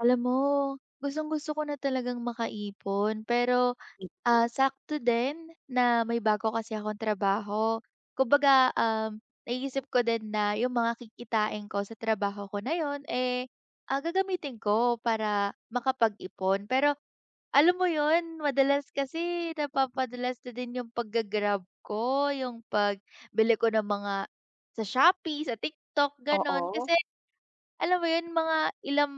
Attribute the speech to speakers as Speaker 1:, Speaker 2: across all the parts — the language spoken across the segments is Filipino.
Speaker 1: Alam mo, gustong-gusto ko na talagang makaipon pero,
Speaker 2: Mm.
Speaker 1: sakto din na may bago kasi akong trabaho. Kumbaga, naisip ko din na yung mga kikitain ko sa trabaho ko na yon, eh, gagamitin ko para makapag-ipon. Pero alam mo yon, madalas kasi napapadalas na din yung pagga-grab ko, yung pagbili ko ng mga sa Shopee, sa TikTok, gano'n.
Speaker 2: Oo.
Speaker 1: Kasi alam mo yun, mga ilang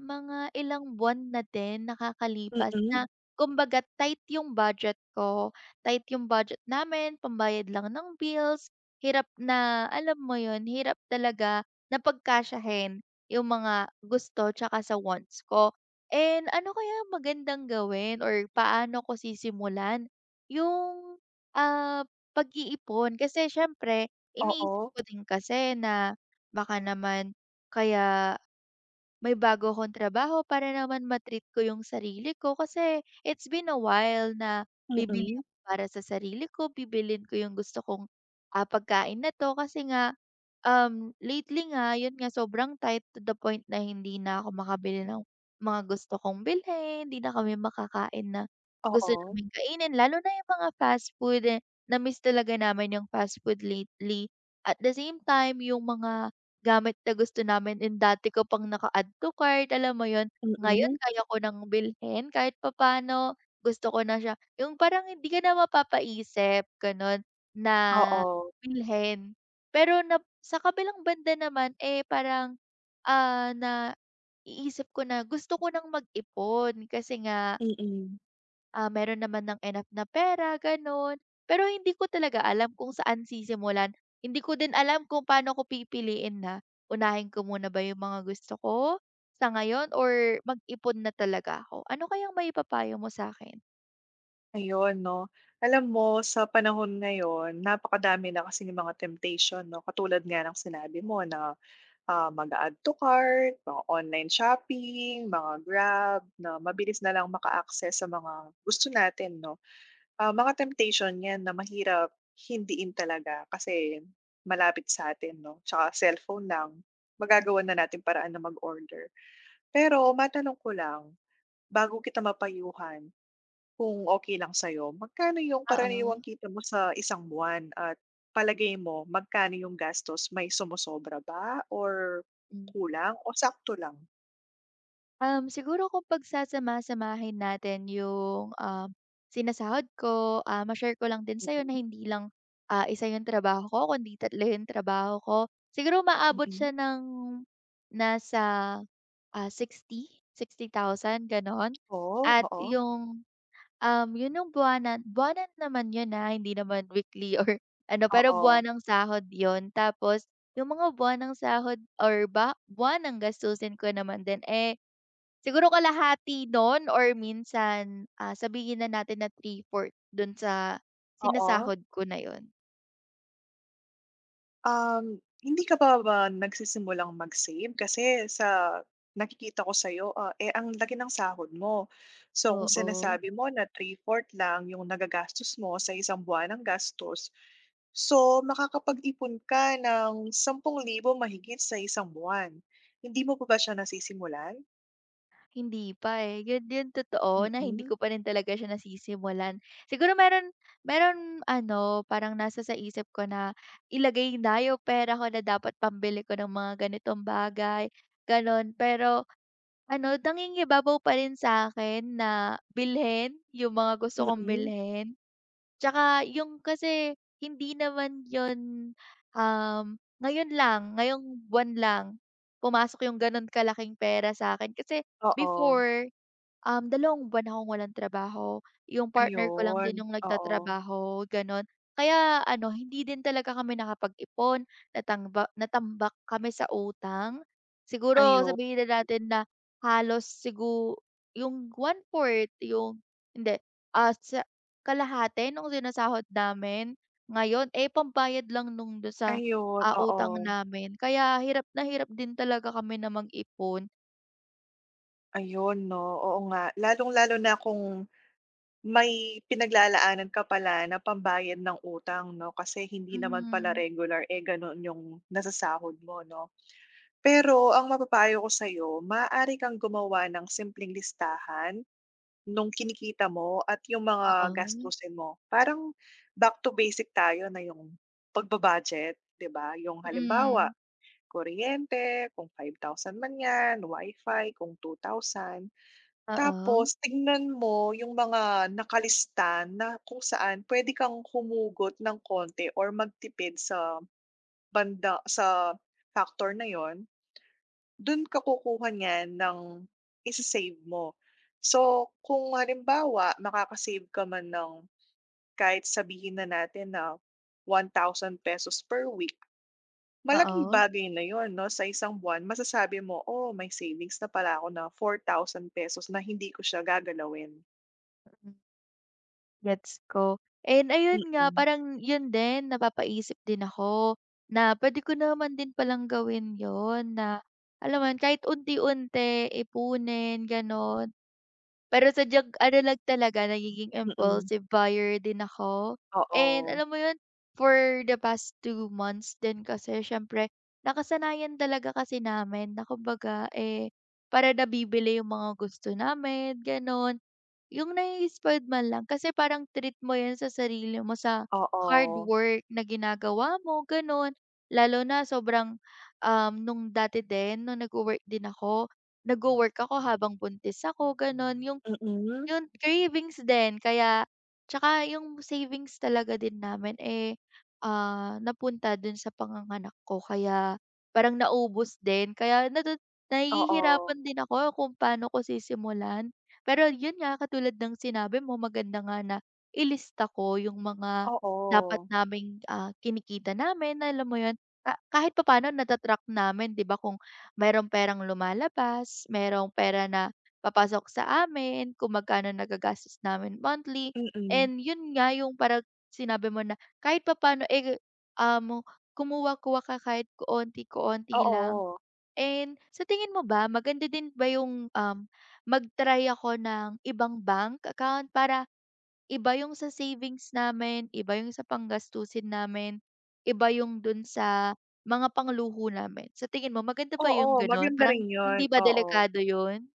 Speaker 1: mga ilang buwan na din nakakalipas
Speaker 2: Mm.
Speaker 1: na. Hmm. Kumbaga tight yung budget ko, tight yung budget namin, pambayad lang ng bills, hirap na alam mo yun, hirap talaga na pagkasyahin yung mga gusto tsaka sa wants ko. And ano kaya magandang gawin or paano ko sisimulan yung, ah, pag-iipon? Kasi siyempre iniisip
Speaker 2: Oo.
Speaker 1: ko din kasi na baka naman kaya may bago akong trabaho para naman ma ko yung sarili ko kasi it's been a while na bibili
Speaker 2: Mm.
Speaker 1: ako para sa sarili ko, bibilin ko yung gusto kong, pagkain na 'to kasi nga. Lately nga, yun nga sobrang tight to the point na hindi na ako makabili ng mga gusto kong bilhin, hindi na kami makakain na gusto
Speaker 2: Oo.
Speaker 1: namin kainin, lalo na yung mga fast food, eh, na-miss talaga namin yung fast food lately. At the same time, yung mga gamit na gusto namin and dati ko pang naka-add to cart, alam mo yun, ngayon
Speaker 2: Mm.
Speaker 1: kaya ko nang bilhin kahit papano gusto ko na siya. Yung parang hindi ka na mapapaisip, gano'n, na
Speaker 2: Oo.
Speaker 1: bilhin. Pero nap sa kabilang banda naman, eh, parang, ah, naiisip ko na gusto ko ng mag-ipon kasi nga,
Speaker 2: Mm.
Speaker 1: meron naman ng enough na pera gano'n. Pero hindi ko talaga alam kung saan sisimulan. Hindi ko din alam kung paano ko pipiliin na unahin ko muna ba yung mga gusto ko sa ngayon or mag-ipon na talaga ako. Ano kayang maipapayo mo sa'kin?
Speaker 2: Ayun 'no. Alam mo sa panahon ngayon napakadami na kasing mga temptation 'no, katulad nga ng sinabi mo na, ah, mag-a-add to cart, mga online shopping, mga Grab na mabilis na lang maka-access sa mga gusto natin 'no. Ah, mga temptation 'yan na mahirap hindiin talaga kasi malapit sa atin 'no, tsaka cellphone lang, magagawa na natin paraan na mag-order. Pero matanong ko lang, bago kita mapayuhan, kung okey lang sa'yo, magkano yung
Speaker 1: Oo.
Speaker 2: karaniwang kita mo sa isang buwan at palagay mo magkano yung gastos, may sumusobra ba or kulang o sakto lang?
Speaker 1: Siguro kung pagsasama-samahin natin yung, sinasahod ko, ma-share ko lang din sa'yo na
Speaker 2: Mm,
Speaker 1: hindi lang, isa yung trabaho ko kundi tatlo yung trabaho ko. Siguro maabot
Speaker 2: mm.
Speaker 1: siya ng nasa, sixty thousand gano'n.
Speaker 2: Oo,
Speaker 1: At
Speaker 2: oo,
Speaker 1: yung, yun yung buwanan buwanan naman yun, na hindi naman weekly or ano, pero
Speaker 2: oo,
Speaker 1: buwan ng sahod yun. Tapos yung mga buwan ng sahod or ba buwan ng gastusin ko naman din, eh. Siguro kalahati nun or minsan, sabihin na natin na three 4 don sa
Speaker 2: oo.
Speaker 1: sinasahod ko na yun.
Speaker 2: Hindi ka pa ba nagsisimulang mag-save? Kasi sa nakikita ko sa'yo, ah, eh, ang laki ng sahod mo. So, kung
Speaker 1: Oo,
Speaker 2: sinasabi mo na 3/4 lang yung nagagastos mo sa isang buwan ng gastos, so makakapag-ipon ka ng 10,000 mahigit sa isang buwan. Hindi mo pa ba siya nasisimulan?
Speaker 1: hindi pa, eh, yun yun totoo na hindi
Speaker 2: Mm,
Speaker 1: ko pa rin talaga siya nasisimulan. Siguro meron meron ano, parang nasa sa isip ko na ilagay na yung pera ko na dapat pambili ko ng mga ganitong bagay, gano'n. Pero ano, nangingibabaw pa rin sa'kin na bilhin yung mga gusto kong
Speaker 2: mm.
Speaker 1: bilhin. Tsaka yung kasi hindi naman yun, ngayon lang, ngayong buwan lang pumasok yung ganun kalaking pera sa akin. Kasi
Speaker 2: Oo,
Speaker 1: before, 2 buwan akong walang trabaho, yung partner ko lang
Speaker 2: ayun,
Speaker 1: din yung
Speaker 2: oo.
Speaker 1: nagtatrabaho, gano'n. Kaya ano, hindi din talaga kami nakapag-ipon, natambak kami sa utang. Siguro
Speaker 2: Ayu
Speaker 1: sabihin na natin na halos siguro yung one 4 yung hindi, sa kalahati nung sinasahod namin ngayon, eh, pambayad lang nung do sa,
Speaker 2: Ayun, oo.
Speaker 1: utang namin. Kaya hirap na hirap din talaga kami na mag-ipon.
Speaker 2: Ayun 'no, oo nga. Lalong-lalo na kung may pinaglalaanan ka pala na pambayad ng utang 'no, kasi hindi naman pala
Speaker 1: Hmm,
Speaker 2: regular, eh, gano'n yung nasasahod mo 'no. Pero ang mapapayo ko sa'yo, maaari kang gumawa ng simpleng listahan nung kinikita mo at yung mga
Speaker 1: oo.
Speaker 2: gastusin mo. Parang back to basic tayo na yung pagba-budget, 'di ba? Yung halimbawa,
Speaker 1: Mm.
Speaker 2: kuryente kung 5,000 man 'yan, WiFi kung 2,000. Tapos
Speaker 1: Oo,
Speaker 2: tignan mo yung mga nakalista na kung saan puwede kang humugot ng konti or magtipid sa banda sa factor na yun, dun ka kukuha niyan ng ise-save mo. So, kung halimbawa makaka-save ka man ng kahit sabihin na natin na 1,000 pesos per week, malaking
Speaker 1: oo,
Speaker 2: bagay na yun 'no, sa isang buwan masasabi mo, "Oh, may savings na pala ako na 4,000 pesos na hindi ko siya gagalawin."
Speaker 1: hmm, gets ko. And ayun nga
Speaker 2: Mm.
Speaker 1: parang yun din napapaisip din ako na puwede ko naman din palang gawin yon na alam mo yun kahit unti-unti, ipunin gano'n. Pero sadyang ano lang talaga nagiging
Speaker 2: Mm,
Speaker 1: impulsive buyer din ako. And
Speaker 2: oo,
Speaker 1: alam mo 'yun, for the past 2 months din kasi siyempre nakasanayan talaga kasi namin na kumbaga, eh, para nabibili yung mga gusto namin gano'n. Yung nai-spoiled man lang kasi parang treat mo 'yun sa sarili mo sa hard
Speaker 2: oo,
Speaker 1: work na ginagawa mo gano'n. Lalo na sobrang, nung dati din nung nagwo-work din ako, nagwo-work ako habang buntis ako gano'n, yung
Speaker 2: mm,
Speaker 1: yun, cravings din kaya tsaka yung savings talaga din namin, eh, napunta dun sa panganganak ko kaya parang naubos din kaya
Speaker 2: oo,
Speaker 1: nahihirapan din ako kung paano ko sisimulan. Pero yun nga, katulad ng sinabi mo maganda nga na ilista ko yung mga dapat
Speaker 2: oo,
Speaker 1: naming, kinikita namin, alam mo yun? Ka kahit papaano nata-track namin 'di ba kung merong perang lumalabas, merong pera na papasok sa amin, kung magkano nagagastos namin monthly.
Speaker 2: mm,
Speaker 1: And yun nga yung parang sinabi mo na kahit papano eh, um, kumuha-kuha ka kahit kaonti-kaonti lang.
Speaker 2: oo,
Speaker 1: And sa tingin mo ba, maganda din ba yung mag-try ako ng ibang bank account para iba yung sa savings namin, iba yung sa panggastusin namin, iba yung dun sa mga pangluho namin. Sa tingin mo, maganda ba
Speaker 2: oo,
Speaker 1: yung ganun?
Speaker 2: maganda
Speaker 1: Parang
Speaker 2: rin yun,
Speaker 1: hindi ba
Speaker 2: oo.
Speaker 1: delikado yun?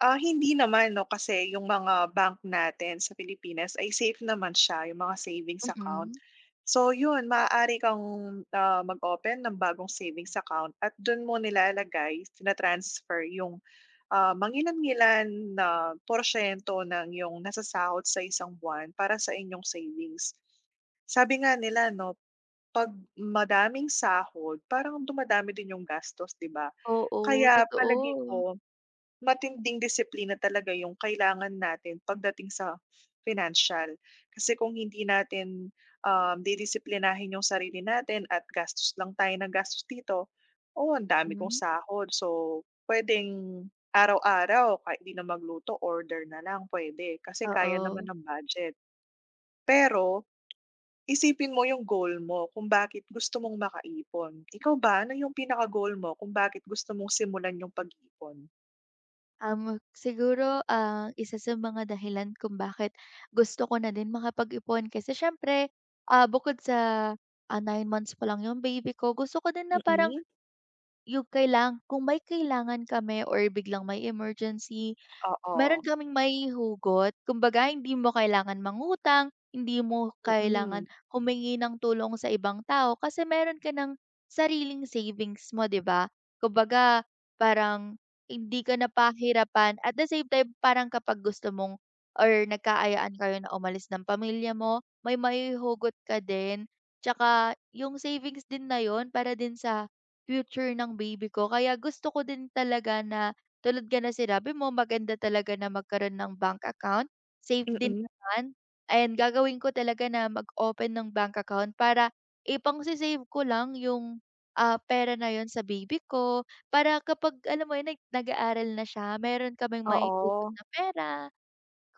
Speaker 2: Ah, hindi naman 'no, kasi yung mga bank natin sa Pilipinas ay safe naman siya, yung mga savings account.
Speaker 1: Mm.
Speaker 2: So yun, maaari kang, ah, mag-open ng bagong savings account at dun mo nilalagay, tina-transfer yung ah, mangilan-ngilan na porsiyento ng iyong nasasahod sa isang buwan para sa inyong savings. Sabi nga nila 'no, 'pag madaming sahod parang dumadami din yung gastos, 'di ba?
Speaker 1: Oo,
Speaker 2: Kaya palagay
Speaker 1: totoo.
Speaker 2: ko matinding disiplina talaga yung kailangan natin pagdating sa financial. Kasi kung hindi natin, didisiplinahin yung sarili natin at gastos lang tayo ng gastos dito, oo, ang dami kong
Speaker 1: Hmm.
Speaker 2: sahod. So, puwedeng araw-araw kahit di na magluto, order na lang pwede kasi kaya naman
Speaker 1: Oo.
Speaker 2: ng budget. Pero isipin mo yung goal mo kung bakit gusto mong makaipon. Ikaw ba, ano yung pinaka-goal mo kung bakit gusto mong simulan yung pag-ipon?
Speaker 1: Um, Siguro ang isa sa mga dahilan kung bakit gusto ko na din makapag-ipon kasi siyempre, bukod sa, 9 months pa lang yung baby ko, gusto ko din na parang
Speaker 2: Mm.
Speaker 1: yung kung may kailangan kami or biglang may emergency.
Speaker 2: Oo.
Speaker 1: Meron kaming maihugot. Kumbaga hindi mo kailangan mangutang, hindi mo
Speaker 2: Hmm,
Speaker 1: kailangan humingi ng tulong sa ibang tao kasi meron ka ng sariling savings mo, 'di ba? Kumbaga parang hindi ka napahirapan at the same time parang kapag gusto mong or nagkaayaan kayo na umalis ng pamilya mo, may maihugot ka din. Tsaka yung savings din na yun para din sa future ng baby ko. Kaya gusto ko din talaga na tulad nga ng sinabi mo maganda talaga na magkaroon ng bank account, safe din
Speaker 2: mm.
Speaker 1: naman. Ayan gagawin ko talaga na mag-open ng bank account para ipang save ko lang yung, pera na yon sa baby ko, para kapag alam mo yun nag-aaral na siya meron kaming maihugot
Speaker 2: Oo,
Speaker 1: na pera.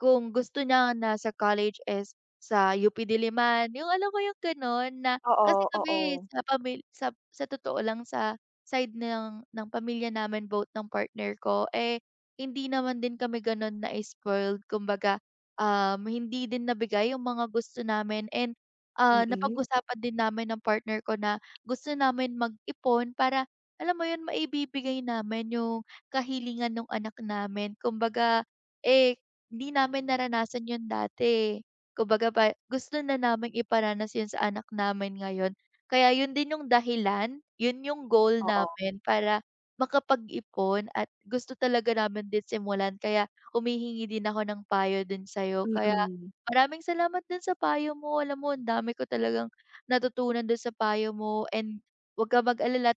Speaker 1: Kung gusto niya na sa college is sa UP Diliman, yung alam mo yung gano'n na
Speaker 2: oo,
Speaker 1: kasi kami
Speaker 2: oo.
Speaker 1: sa pamil sa totoo lang sa side ng pamilya namin both ng partner ko, eh, hindi naman din kami gano'n na-spoiled kumbaga, hindi din nabigay yung mga gusto namin and,
Speaker 2: Mm.
Speaker 1: napag-usapan din namin ng partner ko na gusto namin mag-ipon para alam mo yun maibibigay namin yung kahilingan ng anak namin kumbaga, eh hindi namin naranasan yun dati, eh. Kumbaga pa gusto na namin iparanas yun sa anak namin ngayon. Kaya yun din yung dahilan, yun yung goal
Speaker 2: Oo.
Speaker 1: namin para makapag-ipon at gusto talaga namin din simulan kaya humihingi din ako ng payo din sa'yo. Kaya
Speaker 2: Mm.
Speaker 1: maraming salamat dun sa payo mo, alam mo ang dami ko talagang natutunan dun sa payo mo and huwag ka mag-alala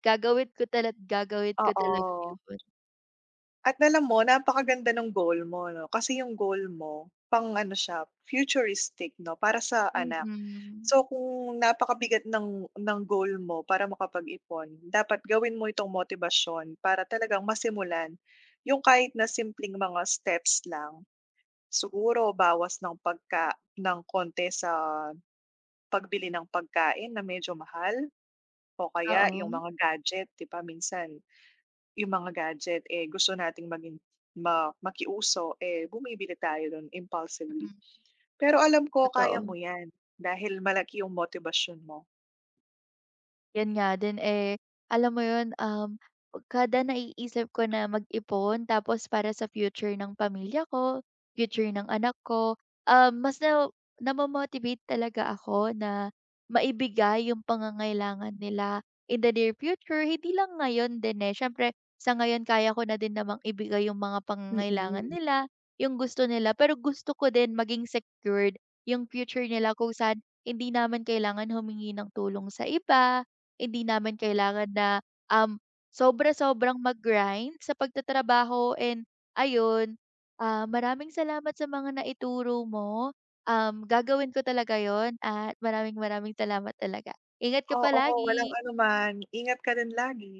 Speaker 1: gagawin ko talaga
Speaker 2: Oo.
Speaker 1: yun.
Speaker 2: At alam mo napakaganda nung goal mo 'no, kasi yung goal mo pang ano siya, futuristic 'no, para sa anak.
Speaker 1: Mm,
Speaker 2: So kung napakabigat ng goal mo para makapag-ipon, dapat gawin mo itong motibasyon para talagang masimulan yung kahit na simpleng mga steps lang. Siguro bawas ng pagka ng konti sa pagbili ng pagkain na medyo mahal o kaya yung
Speaker 1: oo.
Speaker 2: mga gadget, 'di ba minsan yung mga gadget, eh, gusto nating maging makiuso, eh, bumibili tayo nun impulsively.
Speaker 1: Mm,
Speaker 2: Pero alam ko kaya
Speaker 1: totoo.
Speaker 2: mo 'yan dahil malaki yung motivation mo.
Speaker 1: Yun nga din, eh, alam mo yun, kada naiisip ko na mag-ipon tapos para sa future ng pamilya ko, future ng anak ko, mas na namo-motivate talaga ako na maibigay yung pangangailangan nila in the near future. Hindi lang ngayon din, eh, siyempre sa ngayon kaya ko na din namang ibigay yung mga pangangailangan
Speaker 2: Mm.
Speaker 1: nila, yung gusto nila, pero gusto ko din maging secured yung future nila kung saan hindi naman kailangan humingi ng tulong sa iba hindi namin kailangan na, um, sobra-sobrang mag-grind sa pagtatrabaho and ayun, maraming salamat sa mga naituro mo. Gagawin ko talaga yon at maraming maraming salamat talaga. Ingat ka
Speaker 2: Oo, walang
Speaker 1: palagi.
Speaker 2: anuman. Ingat ka din lagi.